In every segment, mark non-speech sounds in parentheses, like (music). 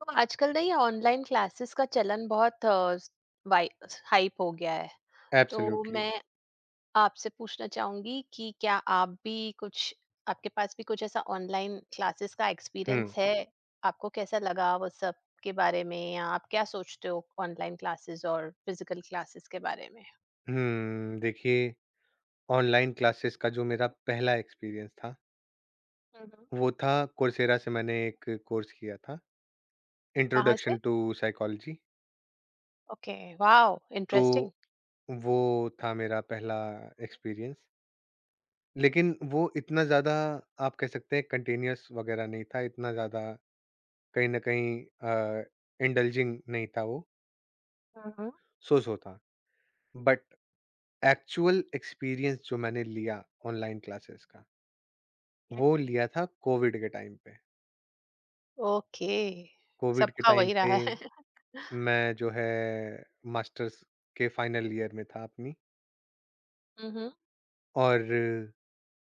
तो आजकल ना ये ऑनलाइन क्लासेस का चलन बहुत अ, स- वाइ हाइप हो गया है। तो एब्सोल्युटली। मैं आपसे पूछना चाहूंगी कि क्या आप भी कुछ आपके पास भी कुछ ऐसा ऑनलाइन क्लासेस का हुँ, एक्सपीरियंस है। आपको कैसा लगा वो सब के बारे में, या आप क्या सोचते हो ऑनलाइन क्लासेस और फिजिकल क्लासेस के बारे में? हुँ, देखिए ऑनलाइन क्लासेस का जो मेरा पहला एक्सपीरियंस था, हम्म। वो था कोर्सेरा से मैंने एक कोर्स किया था, कहाँ से? Introduction to psychology. Okay. Wow, तो इंटरेस्टिंग। वो था मेरा पहला एक्सपीरियंस, लेकिन वो इतना ज़्यादा आप कह सकते हैं कंटीन्यूअस वगैरह नहीं था, इतना ज़्यादा कहीं न कहीं अ, इंडल्जिंग नहीं था वो, हम्म। सो-सो था। बट एक्चुअल एक्सपीरियंस जो मैंने लिया ऑनलाइन क्लासेस का, Yeah, वो लिया था कोविड के टाइम पे। ओके। कोविड के सबका टाइम वही पे रहा है। (laughs) मैं जो है मास्टर्स के फाइनल ईयर में था अपनी हम्म। और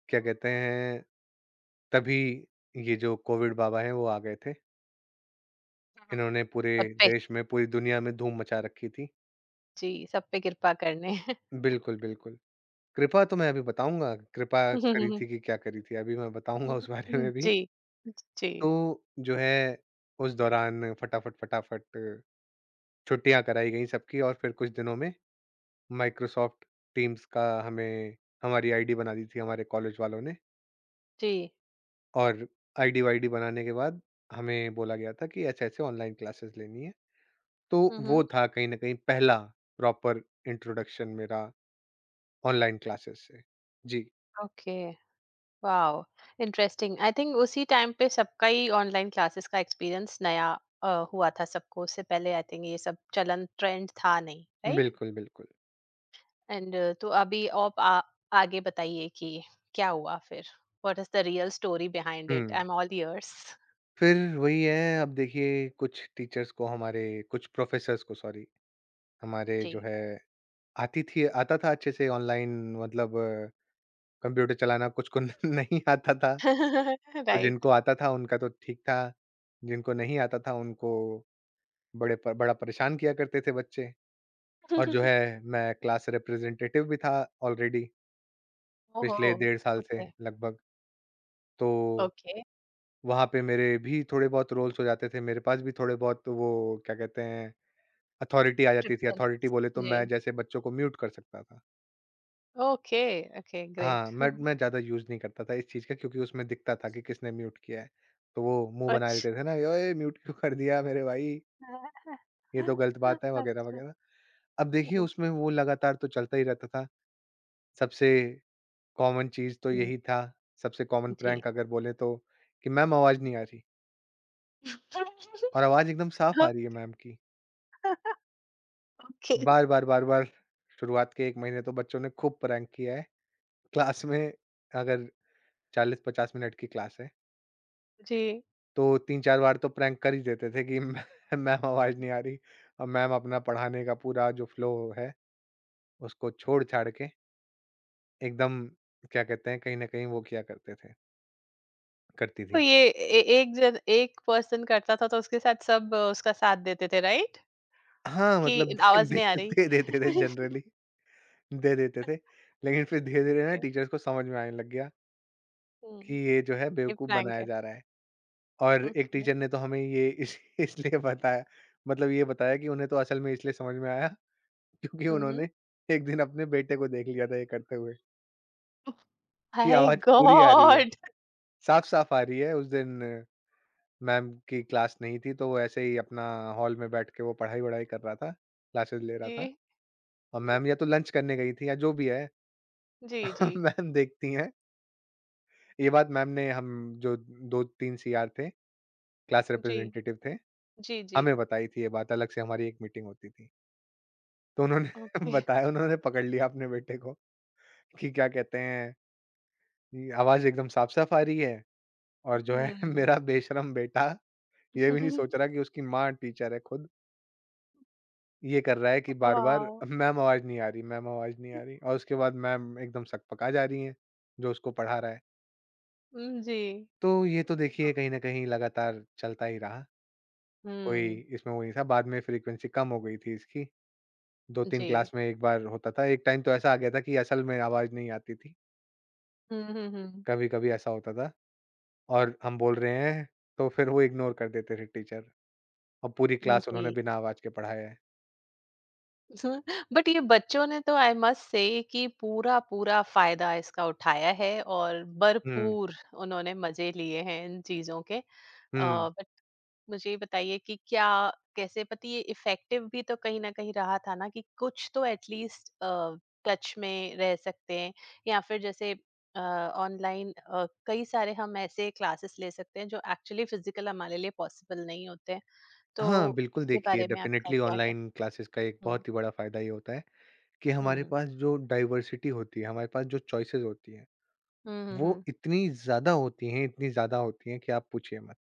क्या कहते हैं तभी ये जो कोविड बाबा हैं वो आ गए थे। हाँ, इन्होंने पूरे सब पे। देश में, पूरी दुनिया में धूम मचा रखी थी। जी, सब पे कृपा करने। बिल्कुल, बिल्कुल। कृपा तो मैं अभी बताऊँगा, कृपा करी (laughs) थी कि क्या करी थी, अभी मैं बताऊँगा उस बारे में भी। जी, जी। तो जो है उस दौरान फटाफट, फटाफट छुट्टियाँ कराई गई सबकी और फिर कुछ दिनों में माइक्रोसॉफ्ट टीम्स का हमें हमारी आईडी बना दी थी हमारे कॉलेज वालों ने जी। और आईडी वाईडी बनाने के बाद हमें बोला गया था कि ऐसे ऐसे ऑनलाइन क्लासेस लेनी है तो हुँ, वो हुँ। था कहीं ना कहीं पहला प्रॉपर इंट्रोडक्शन मेरा ऑनलाइन क्लासेस से। जी। Okay, wow! Interesting. I think उसी टाइम पे सबका ही ऑनलाइन क्लासेस का एक्सपीरियंस नया अ, हुआ था सबको। उससे पहले आई थिंक ये सब चलन ट्रेंड था नहीं, राइट? बिल्कुल बिल्कुल। एंड तो अभी आप आ आगे बताइए कि क्या हुआ फिर? What is the real story behind it? I hmm am all ears. फिर वही है। अब देखिए कुछ टीचर्स को हमारे कुछ प्रोफेसर्स को सॉरी हमारे जी। जो है आती थी आता था अच्छे से ऑनलाइन मतलब कंप्यूटर चलाना कुछ को (laughs) नहीं आता था। (laughs) तो राइट। जिनको आता था उनका तो ठीक था, जिनको नहीं आता था उनको बड़े प बड़ा परेशान किया करते थे बच्चे। और जो है (laughs) मैं क्लास रिप्रेजेंटेटिव भी था ऑलरेडी ओह पिछले हो! डेढ़ साल से ओके, लगभग, तो ओके। वहाँ पे मेरे भी थोड़े बहुत रोल्स हो जाते थे, मेरे पास भी थोड़े बहुत तो वो क्या कहते हैं अथॉरिटी आ जाती टिप्स थी, एंड अथॉरिटी ट्रिक्स। बोले तो जी। मैं जैसे बच्चों को म्यूट कर सकता था। Okay, okay, great. हाँ, मैं (laughs) मैं ज़्यादा यूज़ नहीं करता था इस चीज़ का क्योंकि उसमें दिखता था कि किसने म्यूट किया है, तो वो मुँह बना अच्छा। लेते थे ना, "ओए म्यूट क्यों कर दिया मेरे भाई?" ये तो (laughs) गलत बात है वगैरह, अच्छा, वगैरह। अब देखिए ओके। उसमें वो लगातार तो चलता ही रहता था। सबसे कॉमन चीज़ तो हुँ, यही था, सबसे कॉमन जी। प्रैंक अगर बोले तो कि मैम आवाज़ नहीं आ रही और (laughs) आवाज़ एकदम साफ आ रही है मैम की। ओके, बार-बार, बार-बार शुरुआत के 1 महीने तो बच्चों ने खूब प्रैंक किया है। क्लास में अगर 40-50 मिनट की क्लास है, जी। तो 3-4 बार तो प्रैंक कर ही देते थे कि (laughs) मैम मैम आवाज़ नहीं आ रही और मैम अपना पढ़ाने का पूरा जो फ्लो है उसको छोड़-छाड़ के एकदम क्या कहते हैं, कहीं न कहीं वो किया करते थे करती तो थी। ये ए एक जन एक पर्सन करता था तो उसके साथ सब उसका साथ देते थे, राइट? हाँ, कि मतलब आवाज़ (laughs) दे नहीं आ रही? दे देते थे जनरली दे देते थे। लेकिन फिर धीरे-धीरे ना ओके, टीचर्स को समझ में आने लग गया कि हुँ, ये जो है ये बेवकूफ़ प्रैंक बनाया है। जा रहा है। और एक ओके, टीचर ने तो हमें ये इस (laughs) इसलिए बताया मतलब ये बताया कि उन्हें तो असल में इसलिए समझ में आया (laughs) क्योंकि हुँ, हुँ। उन्होंने एक दिन अपने बेटे को देख लिया था ये करते हुए, कि माय आवाज़ पूरी आ रही है, गॉड! साफ-साफ आ रही है उस दिन मैम की क्लास नहीं थी, तो वो ऐसे ही अपना हॉल में बैठ के वो पढ़ाई-वढ़ाई कर रहा था, क्लासेस ले (laughs) रहा था जी, और मैम या तो लंच करने गई थी या जो भी है। जी, जी, (laughs) मैम देखती हैं, ये बात मैम ने हम जो 2-3 सीआर थे, क्लास जी, रिप्रेजेंटेटिव थे, जी, जी, हमें बताई थी ये बात, अलग से हमारी एक मीटिंग होती थी। तो उन्होंने (laughs) ओके, बताया उन्होंने पकड़ लिया अपने बेटे को कि क्या कहते हैं, ये आवाज़ एकदम साफ-साफ आ रही है और जो है (laughs) हुँ। मेरा बेशरम बेटा ये भी नहीं सोच रहा कि उसकी माँ टीचर है खुद। ये कर रहा है कि बार-बार वॉव! मैम आवाज़ नहीं आ रही, मैम आवाज़ नहीं आ रही और उसके बाद मैम एकदम सकपका जा रही हैं, जो उसको पढ़ा रहा है। हुँ, (laughs) जी। तो ये तो अ, देखिए कहीं न कहीं लगातार चलता ही रहा, कोई हुँ। इसमें वो नहीं था। बाद में फ्रीक्वेंसी कम हो गई थी इसकी, 2-3 जी। क्लास में एक बार होता था। एक टाइम तो ऐसा आ गया था कि असल में आवाज़ नहीं आती थी, हुँ, हुँ, हुँ। कभी-कभी ऐसा होता था और हम बोल रहे हैं, तो फिर वो इग्नोर कर देते थे टीचर और पूरी हुँ, क्लास उन्होंने जी। बिना आवाज़ के पढ़ाया है। (laughs) बट ये बच्चों ने तो आई मस्ट से कि पूरा-पूरा फ़ायदा इसका उठाया है और हुँ, भरपूर उन्होंने मज़े लिए हैं इन चीज़ों के। हुँ। बट मुझे ये बताइए कि क्या कैसे पति ये इफ़ेक्टिव भी तो कहीं न कहीं रहा था ना, कि कुछ तो एटलीस्ट टच में रह सकते हैं, या फिर जैसे ऑनलाइन कई सारे हम ऐसे क्लासेस ले सकते हैं जो एक्चुअली फ़िज़िकल हमारे लिए पॉसिबल नहीं होते हैं। तो हाँ, बिल्कुल उसके देखिए बारे में आपका डेफ़िनेटली क्या कह ऑनलाइन क्लासेस का एक हुँ, बहुत ही बड़ा फ़ायदा ये होता है कि हुँ, हमारे हुँ। पास जो डाइवर्सिटी होती है, हमारे पास जो चॉइसेस होती हैं, हुँ, हुँ, वो हुँ। इतनी ज़्यादा होती हैं, इतनी ज़्यादा होती हैं कि आप पूछिए मत।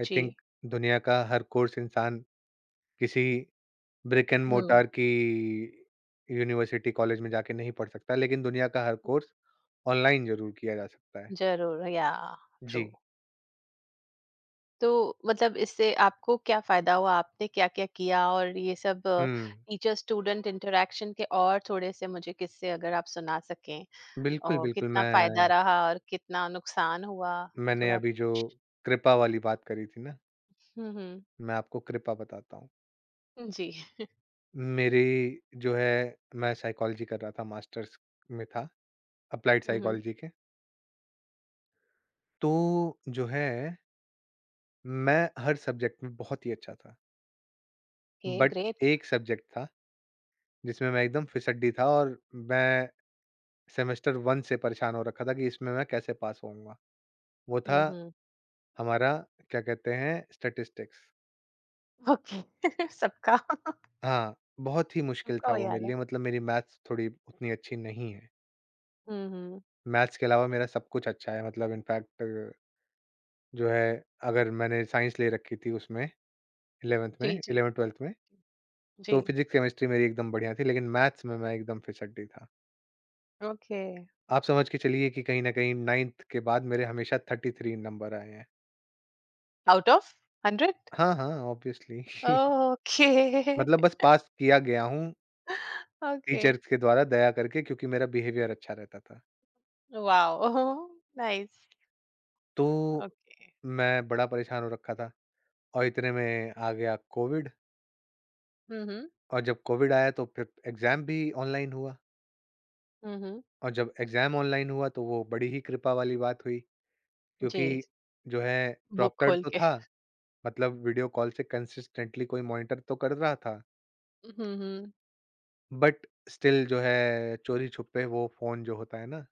आई जी। थिंक दुनिया का हर कोर्स इंसान किसी ब्रिक एंड हुँ, मोर्टार की यूनिवर्सिटी, कॉलेज में जाके नहीं पढ़ सकता, लेकिन दुनिया का हर कोर्स ऑनलाइन ज़रूर किया जा सकता है। ज़रूर या ट्रू। जी। तो मतलब इससे आपको क्या फ़ायदा हुआ? आपने क्या-क्या किया, और ये सब हुँ। टीचर स्टूडेंट इंटरैक्शन के और थोड़े-से मुझे किस्से अगर आप सुना सकें, बिल्कुल, और बिल्कुल, कितना फ़ायदा रहा और कितना नुकसान हुआ? मैंने थोड़ा अभी जो कुछ। कृपा वाली बात करी थी ना, हुँ, हुँ। मैं आपको कृपा बताता हूँ। जी। मेरी जो है मैं साइकोलॉजी कर रहा था, मास्टर्स में था। अप्लाइड हुँ, हुँ। साइकोलॉजी के। तो जो है, मैं हर सब्जेक्ट में बहुत ही अच्छा था। Okay, but great. एक सब्जेक्ट था जिसमें मैं एकदम फिसड्डी था और मैं सेमेस्टर 1 से परेशान हो रखा था कि इसमें मैं कैसे पास होऊँगा। वो था हुँ, हुँ। हमारा क्या कहते हैं स्टैटिस्टिक्स। ओके। (laughs) सबका। (laughs) हाँ, बहुत ही मुश्किल सबका था वही वो मेरे हाल है। लिए मतलब मेरी मैथ्स थोड़ी उतनी अच्छी नहीं है। हुँ, हुँ। मैथ्स के अलावा मेरा सब कुछ अच्छा है मतलब इनफैक्ट जो है अगर मैंने साइंस ले रखी थी उसमें जी, जी। 11th-12th में जी। तो फिज़िक्स, केमिस्ट्री मेरी एकदम बढ़िया थी, लेकिन मैथ्स में मैं एकदम फिसड्डी था। Okay. आप समझ के चलिए कि कहीं न कहीं 9th के बाद मेरे हमेशा 33 नंबर आए हैं। Out of 100? हाँ, हाँ, ऑब्वियसली (laughs) Oh, okay. मतलब बस पास किया गया हूँ, (laughs) Okay. टीचर्स के द्वारा दया करके क्योंकि मेरा बिहेवियर अच्छा रहता था। Wow. (laughs) Nice. तो Okay. मैं बड़ा परेशान हो रखा था और इतने में आ गया कोविड हम्म। और जब कोविड आया तो फिर एग्ज़ाम भी ऑनलाइन हुआ हम्म। और जब एग्ज़ाम ऑनलाइन हुआ तो वो बड़ी ही कृपा वाली बात हुई क्योंकि जी। जो है बुक प्रॉक्टर्ड खोल तो के। था मतलब वीडियो कॉल से कंसिस्टेंटली कोई मॉनिटर तो कर रहा था, हम्म। बट स्टिल जो है चोरी-छुपे वो फ़ोन जो होता है ना।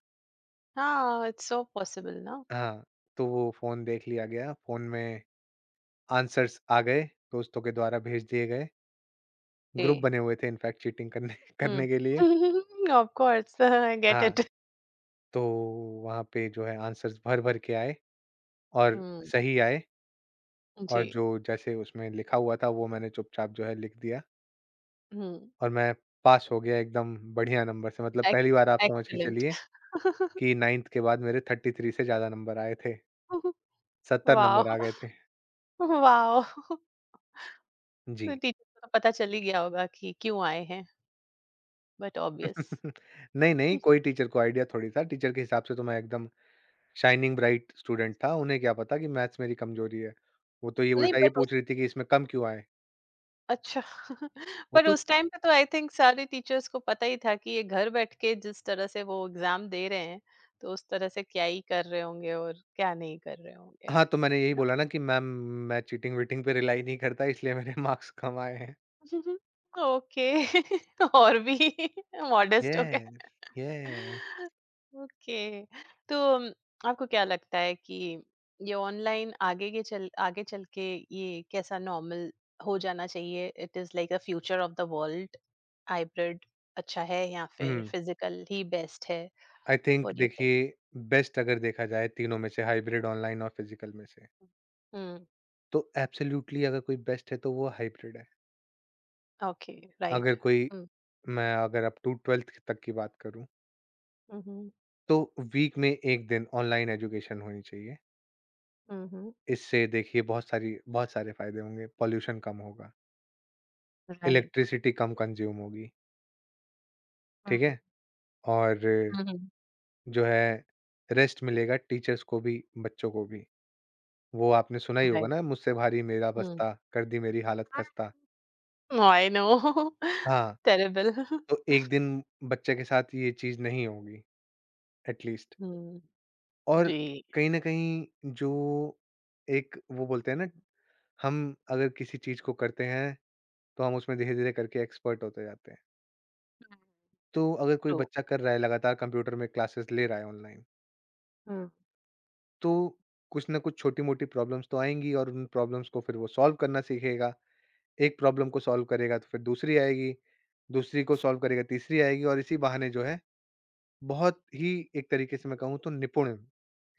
हाँ, इट्स सो पॉसिबल ना। हाँ, तो वो फ़ोन देख लिया गया, फ़ोन में आंसर्स आ गए, दोस्तों के द्वारा भेज दिए गए, जी। ग्रुप बने हुए थे इनफैक्ट चीटिंग करने (laughs) करने के हम्म। लिए। (laughs) ऑफ कोर्स, आई गेट हाँ, इट। तो वहाँ पे जो है आंसर्स भर-भर के आए और हम्म। सही आए और जी। जो जैसे उसमें लिखा हुआ था वो मैंने चुपचाप जो है लिख दिया हम्म। और मैं पास हो गया एकदम बढ़िया नंबर से मतलब पहली बार आप समझ के एक्सेलेंट। चलिए (laughs) कि 9th के बाद मेरे 33 से ज़्यादा नंबर आए थे, 70 वाह। नंबर आ गए थे। वाह। (laughs) तो जी। टीचर को तो पता चल ही गया होगा कि क्यों आए हैं, बट ऑब्वियस। (laughs) नहीं, नहीं, कोई टीचर को आईडिया थोड़ी था, टीचर के हिसाब से तो मैं एकदम शाइनिंग ब्राइट स्टूडेंट था, उन्हें क्या पता कि मैथ्स मेरी कमज़ोरी है। वो तो ये नहीं, उल्टा ये बट पूछ रही थी कि इसमें कम क्यों आए? अच्छा। (laughs) वो पर तो उस टाइम पे तो आई थिंक सारे टीचर्स को पता ही था कि ये घर बैठ के जिस तरह से वो एग्जाम दे रहे हैं, तो उस तरह से क्या ही कर रहे होंगे और क्या नहीं कर रहे होंगे, हाँ, है तो मैंने यही ना? बोला ना कि मैम मैं चीटिंग-वीटिंग पे रिलाई नहीं करता इसलिए मेरे (laughs) मार्क्स कम आए हैं। (laughs) ओके। (laughs) और भी। (laughs) मॉडेस्ट हो गए। Yes, yes. ओके, तो अम, आपको क्या लगता है कि ये ऑनलाइन आगे चल के ये कैसा नॉर्मल हो जाना चाहिए? It is like a future of the world. Hybrid अच्छा है, या फिर हुँ, फिजिकल ही बेस्ट है? I think what do you देखिए थिंक? बेस्ट अगर देखा जाए तीनों में से हाइब्रिड, ऑनलाइन और फिज़िकल में से हम्म। तो एब्सोल्युटली अगर कोई बेस्ट है तो वो हाइब्रिड है। ओके। राइट। अगर कोई हम्म। मैं अगर अप टू 12th तक की बात करूँ, Mhm, तो वीक में 1 दिन ऑनलाइन एजुकेशन होनी चाहिए। mhm, इससे देखिए बहुत सारे फ़ायदे होंगे, पॉल्यूशन कम होगा, right. इलेक्ट्रिसिटी कम कंज़्यूम होगी, ठीक हम्म। है? और हम्म। जो है रेस्ट मिलेगा टीचर्स को भी, बच्चों को भी। वो आपने सुना ही होगा Right. ना मुझसे भारी मेरा हम्म। बस्ता, कर दी मेरी हालत खस्ता। I know. हाँ, टेरिबल। (laughs) तो 1 दिन बच्चे के साथ ये चीज़ नहीं होगी एटलीस्ट। हम्म। और जी। कहीं न कहीं जो एक वो बोलते हैं ना, हम अगर किसी चीज़ को करते हैं, तो हम उसमें धीरे-धीरे करके एक्सपर्ट होते जाते हैं। तो अगर कोई ट्रू। बच्चा कर रहा है लगातार कंप्यूटर में क्लासेस ले रहा है ऑनलाइन, Mm. तो कुछ ना कुछ छोटी-मोटी प्रॉब्लम्स तो आएँगी और उन प्रॉब्लम्स को फिर वो सॉल्व करना सीखेगा। एक प्रॉब्लम को सॉल्व करेगा तो फिर दूसरी आएगी, दूसरी को सॉल्व करेगा तीसरी आएगी और इसी बहाने जो है, बहुत ही एक तरीके से मैं कहूँ तो निपुण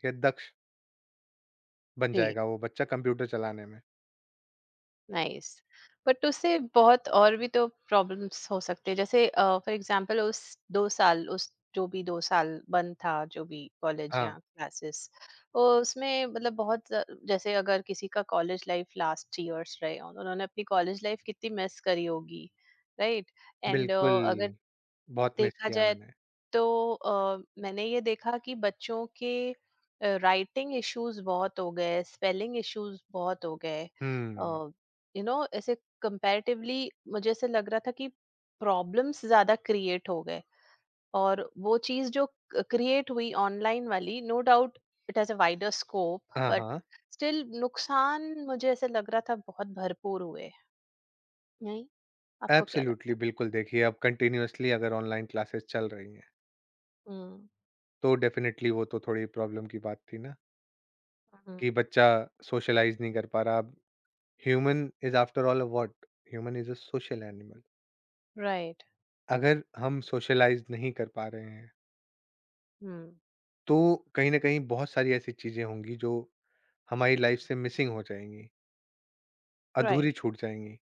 या दक्ष बन जी। जाएगा वो बच्चा कंप्यूटर चलाने में। नाइस। बट उससे बहुत और भी तो प्रॉब्लम्स हो सकते हैं, जैसे फॉर एग्जांपल उस दो साल उस जो भी दो साल बंद था, जो भी कॉलेज या हाँ। क्लासेस, उसमें मतलब जैसे अगर किसी का कॉलेज लाइफ लास्ट ईयर्स रहे, और उन्होंने अपनी कॉलेज लाइफ कितनी मिस करी होगी। राइट। एंड बिल्कुल, अगर बहुत मिस देखा किया जाए, मैंने। तो मैंने ये देखा कि बच्चों के राइटिंग इश्यूज बहुत हो गए, स्पेलिंग इश्यूज बहुत हो गए, हुँ। यू नो, ऐसे कंपैरेटिवली मुझे ऐसे लग रहा था कि प्रॉब्लम्स ज्यादा क्रिएट हो गए। और वो चीज जो क्रिएट हुई ऑनलाइन वाली, no doubt it has a wider scope, हाँ, बट हाँ। स्टिल नुकसान मुझे ऐसे लग रहा था बहुत भरपूर हुए। नहीं, आपको क्या एब्सोल्यूटली लगता है? बिल्कुल देखिए अब कंटीन्यूअसली अगर ऑनलाइन क्लासेस चल रही हैं, हम्म। तो डेफिनिटली वो तो थोड़ी प्रॉब्लम की बात थी ना, कि बच्चा सोशलाइज़ नहीं कर पा रहा। अब human is after all a what? Human is a social animal. Right. अगर हम सोशलाइज़ नहीं कर पा रहे हैं, हम्म, right, हम्म। तो कहीं न कहीं बहुत सारी ऐसी चीज़ें होंगी जो हमारी लाइफ़ से मिसिंग हो जाएँगी, अधूरी राइट। छूट जाएँगी।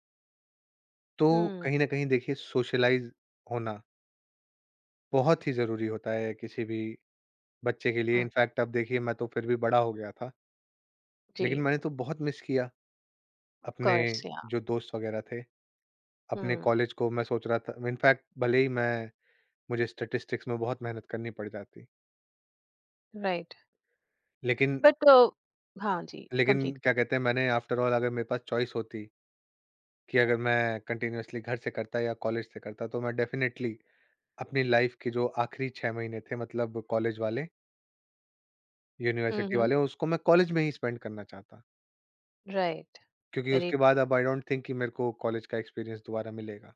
तो हुँ, कहीं न कहीं देखिए सोशलाइज़ होना बहुत ही ज़रूरी होता है किसी भी बच्चे के लिए। हुँ। इनफैक्ट अब देखिए मैं तो फिर भी बड़ा हो गया था, जी, लेकिन मैंने तो बहुत मिस किया ऑफ़ अपने कोर्स या। जो दोस्त वग़ैरह थे, अपने हुँ, कॉलेज को मैं सोच रहा था इनफैक्ट भले ही मैं मुझे स्टैटिस्टिक्स में बहुत मेहनत करनी पड़ जाती। राइट। लेकिन बट अ, हाँ जी, लेकिन कंप्लीट। क्या कहते हैं मैंने आफ्टर ऑल अगर मेरे पास चॉइस होती कि अगर मैं कंटीन्यूअसली घर से करता या कॉलेज से करता तो मैं डेफ़िनेटली अपनी लाइफ़ के जो आखिरी 6 महीने थे मतलब कॉलेज वाले, हुँ, यूनिवर्सिटी हुँ, वाले उसको मैं कॉलेज में ही स्पेंड करना चाहता। राइट, क्योंकि वेरी उसके ट्रू, बाद अब आई डोंट थिंक कि मेरे को कॉलेज का एक्सपीरियंस दोबारा मिलेगा।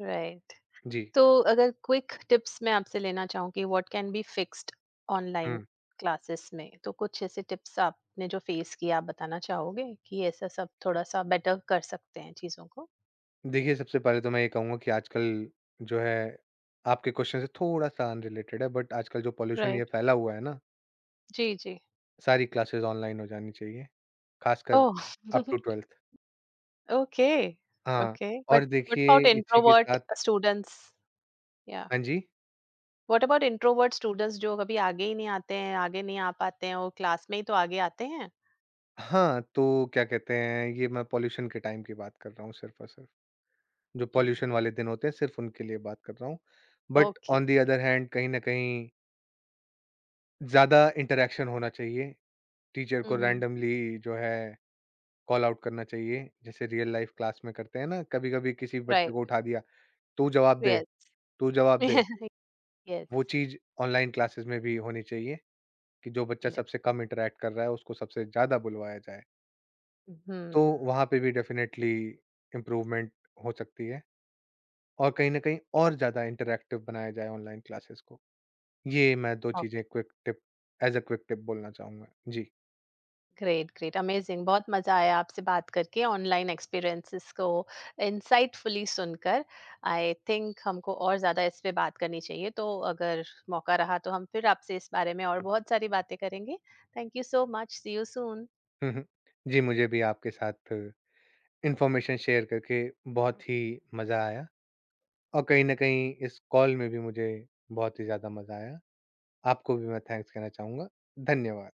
राइट। जी। तो अगर क्विक टिप्स मैं आपसे लेना चाहूँ कि what can be fixed online hmm. Classes में, तो कुछ ऐसे टिप्स, आपने जो फेस किया, आप बताना चाहोगे कि ऐसा सब थोड़ा-सा बेटर कर सकते हैं चीज़ों को? देखिए, सबसे पहले तो मैं ये कहूँगा कि आजकल जो है आपके क्वेश्चन से थोड़ा-सा अनरिलेटेड है बट आजकल जो पॉल्यूशन ये राइट, फैला हुआ है ना, जी, जी। सारी क्लासेस ऑनलाइन हो जानी चाहिए, खासकर oh! Up to (laughs) 12th। Okay, हाँ, ओके, और बट व्हाट देखिए अबाउट इसी के इंट्रोवर्ट साथ स्टूडेंट्स? या। हाँ (laughs) जी। व्हाट अबाउट इंट्रोवर्ट स्टूडेंट्स जो कभी आगे ही नहीं आते हैं, आगे नहीं आ पाते हैं, वो क्लास में ही तो आगे आते हैं। हाँ, तो क्या कहते हैं ये मैं पॉल्यूशन के टाइम की बात कर रहा हूँ सिर्फ़ और सिर्फ़। जो जी। पॉल्यूशन वाले दिन होते हैं सिर्फ़ उनके लिए बात कर रहा हूँ। But okay, on the okay. Other hand कहीं न कहीं ज़्यादा इंटरैक्शन होना चाहिए, टीचर को हम्म। रैंडमली जो है कॉल आउट करना चाहिए, जैसे रियल लाइफ़ क्लास में करते हैं ना, कभी-कभी किसी बच्चे राइट। को उठा दिया, "तू जवाब दे, यस। तू जवाब दे।" यस। वो चीज़ ऑनलाइन क्लासेस में भी होनी चाहिए कि जो बच्चा यस। सबसे कम इंटरैक्ट कर रहा है, उसको सबसे ज़्यादा बुलवाया जाए। (laughs) तो हम्म। वहाँ पे भी डेफ़िनेटली इम्प्रूवमेंट हो सकती है और कहीं न कहीं और ज़्यादा इंटरैक्टिव बनाया जाए ऑनलाइन क्लासेस को। ये मैं 2 चीज़ें okay, quick tip as a quick tip बोलना चाहूँगा। जी। ग्रेट, ग्रेट, अमेजिंग, बहुत मजा आया आपसे बात करके, ऑनलाइन एक्सपीरियंसेस को इंसाइटफुली सुनकर। आई थिंक हमको और ज्यादा इस पे बात करनी चाहिए, तो अगर मौका रहा तो हम फिर आपसे इस बारे में और बहुत सारी बातें करेंगे। Thank you so much, see you soon. (laughs) हुँ, हुँ। जी, मुझे भी आपके साथ इन्फॉर्मेशन शेयर करके बहुत ही मज़ा आया और कहीं न कहीं इस कॉल में भी मुझे बहुत ही ज़्यादा मज़ा आया। आपको भी मैं थैंक्स कहना चाहूँगा। धन्यवाद।